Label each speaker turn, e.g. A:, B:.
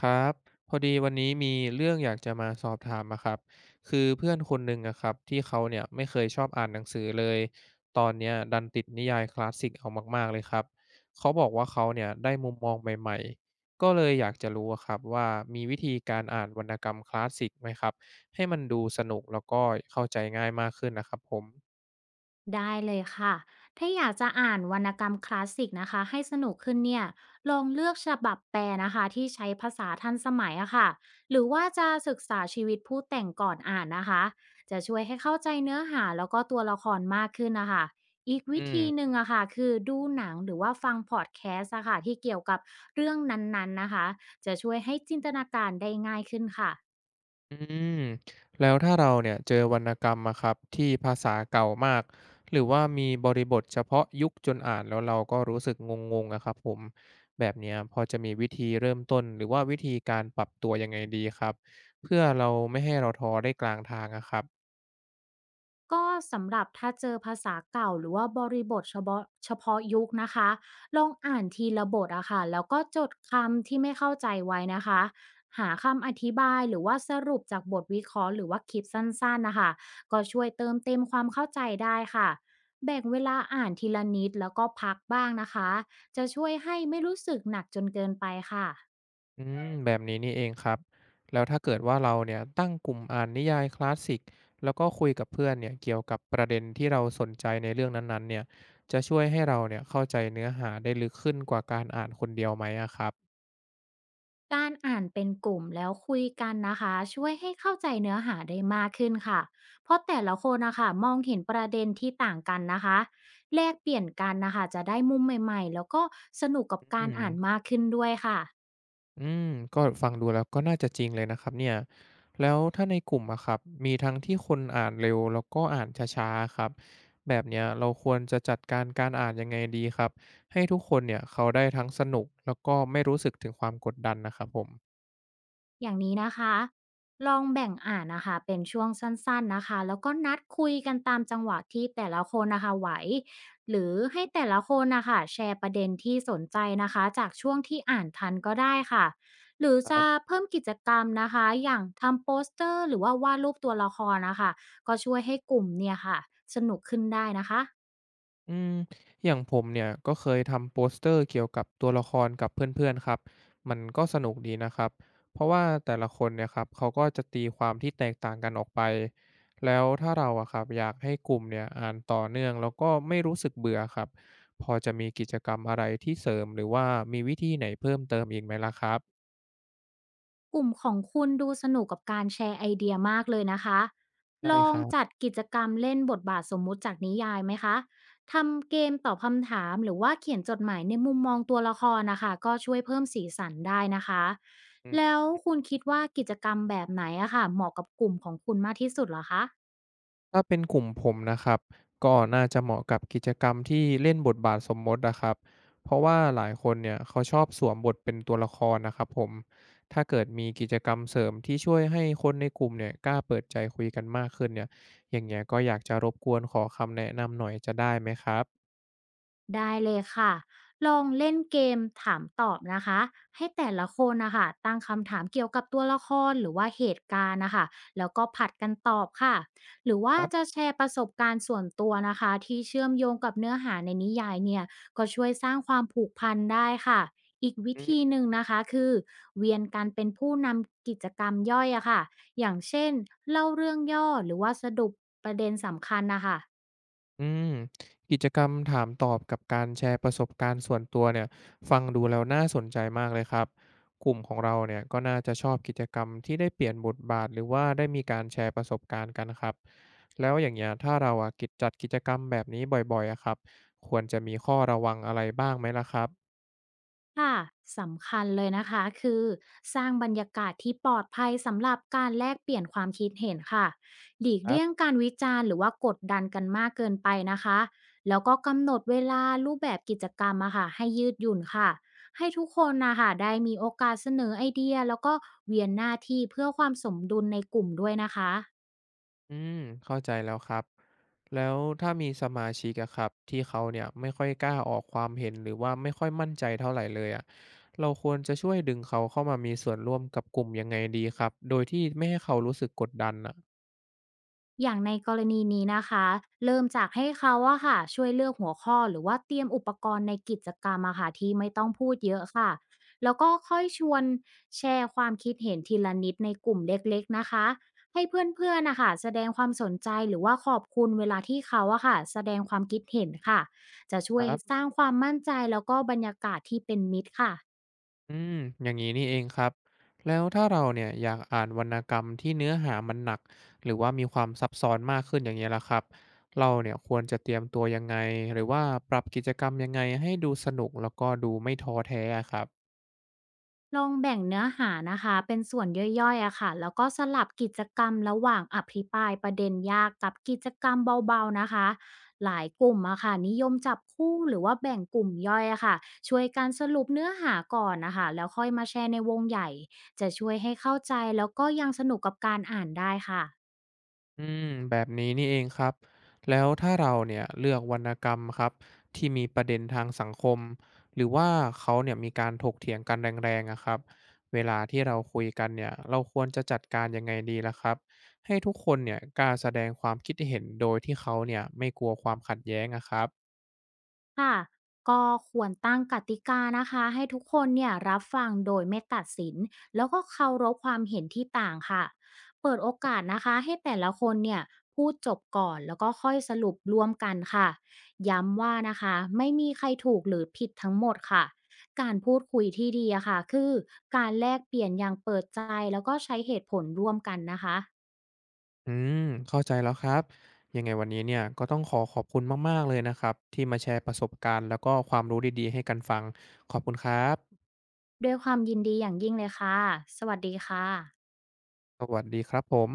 A: ครับพอดีวันนี้มีเรื่องอยากจะมาสอบถามอะครับคือเพื่อนคนหนึ่งอะครับที่เขาเนี่ยไม่เคยชอบอ่านหนังสือเลยตอนเนี้ยดันติดนิยายคลาสสิกเอามากๆเลยครับเขาบอกว่าเขาเนี่ยได้มุมมองใหม่ๆก็เลยอยากจะรู้อะครับว่ามีวิธีการอ่านวรรณกรรมคลาสสิกไหมครับให้มันดูสนุกแล้วก็เข้าใจง่ายมากขึ้นนะครับผม
B: ได้เลยค่ะ ถ้าอยากจะอ่านวรรณกรรมคลาสสิกนะคะให้สนุกขึ้นเนี่ยลองเลือกฉบับแปลนะคะที่ใช้ภาษาทันสมัยอะค่ะหรือว่าจะศึกษาชีวิตผู้แต่งก่อนอ่านนะคะ จะช่วยให้เข้าใจเนื้อหาแล้วก็ตัวละครมากขึ้นนะคะ อีก
A: อื
B: วิธีห
A: ม
B: นึ่งอะค่ะคือดูหนังหรือว่าฟังพอดแคสต์อะค่ะที่เกี่ยวกับเรื่องนั้นๆนะคะ จะช่วยให้จินตนาการได้ง่ายขึ้นค่ะ
A: อืมแล้วถ้าเราเนี่ยเจอวรรณกรรมอะครับที่ภาษาเก่ามากหรือว่ามีบริบทเฉพาะยุคจนอ่านแล้วเราก็รู้สึกงงๆอะครับผมแบบเนี้ยพอจะมีวิธีเริ่มต้นหรือว่าวิธีการปรับตัวยังไงดีครับเพื่อเราไม่ให้เราท้อได้กลางทางอะครับ
B: ก็สำหรับถ้าเจอภาษาเก่าหรือว่าบริบทเฉพาะยุคนะคะลองอ่านทีละบทอะค่ะแล้วก็จดคำที่ไม่เข้าใจไว้นะคะหาคำอธิบายหรือว่าสรุปจากบทวิเคราะห์หรือว่าคลิปสั้นๆนะคะก็ช่วยเติมเต็มความเข้าใจได้ค่ะแบ่งเวลาอ่านทีละนิดแล้วก็พักบ้างนะคะจะช่วยให้ไม่รู้สึกหนักจนเกินไปค่ะ
A: อืมแบบนี้นี่เองครับแล้วถ้าเกิดว่าเราเนี่ยตั้งกลุ่มอ่านนิยายคลาสสิกแล้วก็คุยกับเพื่อนเนี่ยเกี่ยวกับประเด็นที่เราสนใจในเรื่องนั้นๆเนี่ยจะช่วยให้เราเนี่ยเข้าใจเนื้อหาได้ลึกขึ้นกว่าการอ่านคนเดียวไหมอะครับ
B: การอ่านเป็นกลุ่มแล้วคุยกันนะคะช่วยให้เข้าใจเนื้อหาได้มากขึ้นค่ะเพราะแต่ละคนนะคะมองเห็นประเด็นที่ต่างกันนะคะแลกเปลี่ยนกันนะคะจะได้มุมใหม่ๆแล้วก็สนุกกับกา
A: อื
B: รอ่าน
A: ม
B: มากขึ้นด้วยค่ะ
A: อืมก็ฟังดูแล้วก็น่าจะจริงเลยนะครับเนี่ยแล้วถ้าในกลุ่มอะครับมีทั้งที่คนอ่านเร็วแล้วก็อ่านช้าๆครับแบบเนี้ยเราควรจะจัดการการอ่านยังไงดีครับให้ทุกคนเนี่ยเขาได้ทั้งสนุกแล้วก็ไม่รู้สึกถึงความกดดันนะครับผม
B: อย่างนี้นะคะ ลองแบ่งอ่านนะคะเป็นช่วงสั้นๆนะคะ แล้วก็นัดคุยกันตามจังหวะที่แต่ละคนนะคะไหวหรือให้แต่ละคนนะคะแชร์ประเด็นที่สนใจนะคะจากช่วงที่อ่านทันก็ได้ค่ะ หรือจะเพิ่มกิจกรรมนะคะอย่างทำโปสเตอร์หรือว่าวาดรูปตัวละครนะคะก็ช่วยให้กลุ่มเนี่ยค่ะสนุกขึ้นได้นะคะ
A: อืมอย่างผมเนี่ยก็เคยทำโปสเตอร์เกี่ยวกับตัวละครกับเพื่อนๆครับมันก็สนุกดีนะครับเพราะว่าแต่ละคนเนี่ยครับเขาก็จะตีความที่แตกต่างกันออกไปแล้วถ้าเราอะครับอยากให้กลุ่มเนี่ยอ่านต่อเนื่องแล้วก็ไม่รู้สึกเบื่อครับพอจะมีกิจกรรมอะไรที่เสริมหรือว่ามีวิธีไหนเพิ่มเติมอีกไหมล่ะครับ
B: กลุ่มของคุณดูสนุกกับการแชร์ไอเดียมากเลยนะคะล
A: ได้
B: อ
A: ค
B: ง
A: รั
B: จัด
A: บ
B: กิจกรรมเล่นบทบาทสมมุติจากนิยายไหมคะทำเกมตอบคำถามหรือว่าเขียนจดหมายในมุมมองตัวละครนะคะก็ช่วยเพิ่มสีสันได้นะคะแล้วคุณคิดว่ากิจกรรมแบบไหนอะค่ะเหมาะกับกลุ่มของคุณมากที่สุดเหรอคะ
A: ถ้าเป็นกลุ่มผมนะครับก็น่าจะเหมาะกับกิจกรรมที่เล่นบทบาทสมมตินะครับเพราะว่าหลายคนเนี่ยเขาชอบสวมบทเป็นตัวละครนะครับผมถ้าเกิดมีกิจกรรมเสริมที่ช่วยให้คนในกลุ่มเนี่ยกล้าเปิดใจคุยกันมากขึ้นเนี่ยอย่างเงี้ยก็อยากจะรบกวนขอคำแนะนำหน่อยจะได้ไหมครับ
B: ได้เลยค่ะ ลองเล่นเกมถามตอบนะคะให้แต่ละคนนะคะตั้งคำถามเกี่ยวกับตัวละครหรือว่าเหตุการณ์นะคะแล้วก็ผัดกันตอบค่ะ หรือ
A: ค
B: ว่า
A: รั
B: จะ
A: บ
B: แชร์ประสบการณ์ส่วนตัวนะคะที่เชื่อมโยงกับเนื้อหาในนิยายเนี่ยก็ช่วยสร้างความผูกพันได้ค่ะ อีกวิ
A: อื
B: ธีห
A: ม
B: นึ่งนะคะคือเวียนการเป็นผู้นำกิจกรรมย่อยอะค่ะอย่างเช่นเล่าเรื่องย่อหรือว่าสรุปประเด็นสำคัญนะคะ
A: อืมกิจกรรมถามตอบกับการแชร์ประสบการณ์ส่วนตัวเนี่ยฟังดูแล้วน่าสนใจมากเลยครับกลุ่มของเราเนี่ยก็น่าจะชอบกิจกรรมที่ได้เปลี่ยนบทบาทหรือว่าได้มีการแชร์ประสบการณ์กันครับแล้วอย่างเงี้ยถ้าเราอ่ะจัดกิจกรรมแบบนี้บ่อยๆอะครับควรจะมีข้อระวังอะไรบ้างไหมล่ะครับ
B: ค่ะสำคัญเลยนะคะคือสร้างบรรยากาศที่ปลอดภัยสำหรับการแลกเปลี่ยนความคิดเห็นค่ะหลีก
A: ครั
B: เลี่ยง
A: บ
B: การวิจารณ์หรือว่ากดดันกันมากเกินไปนะคะแล้วก็กำหนดเวลารูปแบบกิจกรรมอะค่ะให้ยืดหยุ่นค่ะให้ทุกคนนะคะได้มีโอกาสเสนอไอเดียแล้วก็เวียนหน้าที่เพื่อความสมดุลในกลุ่มด้วยนะคะ
A: อืมเข้าใจแล้วครับแล้วถ้ามีสมาชิกอะครับที่เขาเนี่ยไม่ค่อยกล้าออกความเห็นหรือว่าไม่ค่อยมั่นใจเท่าไหรเลยอะเราควรจะช่วยดึงเขาเข้ามามีส่วนร่วมกับกลุ่มยังไงดีครับโดยที่ไม่ให้เขารู้สึกกดดันนะ
B: อย่างในกรณีนี้นะคะ เริ่มจากให้เขาอะค่ะช่วยเลือกหัวข้อหรือว่าเตรียมอุปกรณ์ในกิจกรรมอะค่ะที่ไม่ต้องพูดเยอะค่ะ แล้วก็ค่อยชวนแชร์ความคิดเห็นทีละนิดในกลุ่มเล็กๆนะคะ ให้เพื่อนๆนะคะแสดงความสนใจหรือว่าขอบคุณเวลาที่เขาอะค่ะแสดงความคิดเห็นค่ะ จะช่
A: ค
B: วย
A: รั
B: ส
A: บ
B: ร้างความมั่นใจแล้วก็บรรยากาศที่เป็นมิตรค่ะ
A: อืมอย่างนี้นี่เองครับแล้วถ้าเราเนี่ยอยากอ่านวรรณกรรมที่เนื้อหามันหนักหรือว่ามีความซับซ้อนมากขึ้นอย่างเงี้ยล่ะครับเราเนี่ยควรจะเตรียมตัวยังไงหรือว่าปรับกิจกรรมยังไงให้ดูสนุกแล้วก็ดูไม่ท้อแท้อะครับ
B: ลองแบ่งเนื้อหานะคะเป็นส่วนย่อยๆอะค่ะแล้วก็สลับกิจกรรมระหว่างอภิปรายประเด็นยากกับกิจกรรมเบาๆนะคะหลายกลุ่มอะค่ะนิยมจับคู่หรือว่าแบ่งกลุ่มย่อยอะค่ะช่วยการสรุปเนื้อหาก่อนนะคะแล้วค่อยมาแชร์ในวงใหญ่จะช่วยให้เข้าใจแล้วก็ยังสนุกกับการอ่านได้ค่ะ
A: อืมแบบนี้นี่เองครับแล้วถ้าเราเนี่ยเลือกวรรณกรรมครับที่มีประเด็นทางสังคมหรือว่าเขาเนี่ยมีการถกเถียงกันแรงๆอะครับเวลาที่เราคุยกันเนี่ยเราควรจะจัดการยังไงดีล่ะครับให้ทุกคนเนี่ยกล้าแสดงความคิดเห็นโดยที่เขาเนี่ยไม่กลัวความขัดแย้งอะครับ
B: ค่ะก็ควรตั้งกติกานะคะให้ทุกคนเนี่ยรับฟังโดยไม่ตัดสินแล้วก็เคารพความเห็นที่ต่างค่ะเปิดโอกาสนะคะให้แต่ละคนเนี่ยพูดจบก่อนแล้วก็ค่อยสรุปร่วมกันค่ะย้ำว่านะคะไม่มีใครถูกหรือผิดทั้งหมดค่ะการพูดคุยที่ดีอะค่ะคือการแลกเปลี่ยนอย่างเปิดใจแล้วก็ใช้เหตุผลร่วมกันนะคะ
A: อืมเข้าใจแล้วครับยังไงวันนี้เนี่ยก็ต้องขอขอบคุณมากๆเลยนะครับที่มาแชร์ประสบการณ์แล้วก็ความรู้ดีๆให้กันฟังขอบคุณครับ
B: ด้วยความยินดีอย่างยิ่งเลยค่ะสวัสดีค่ะ
A: สวัสดีครับผม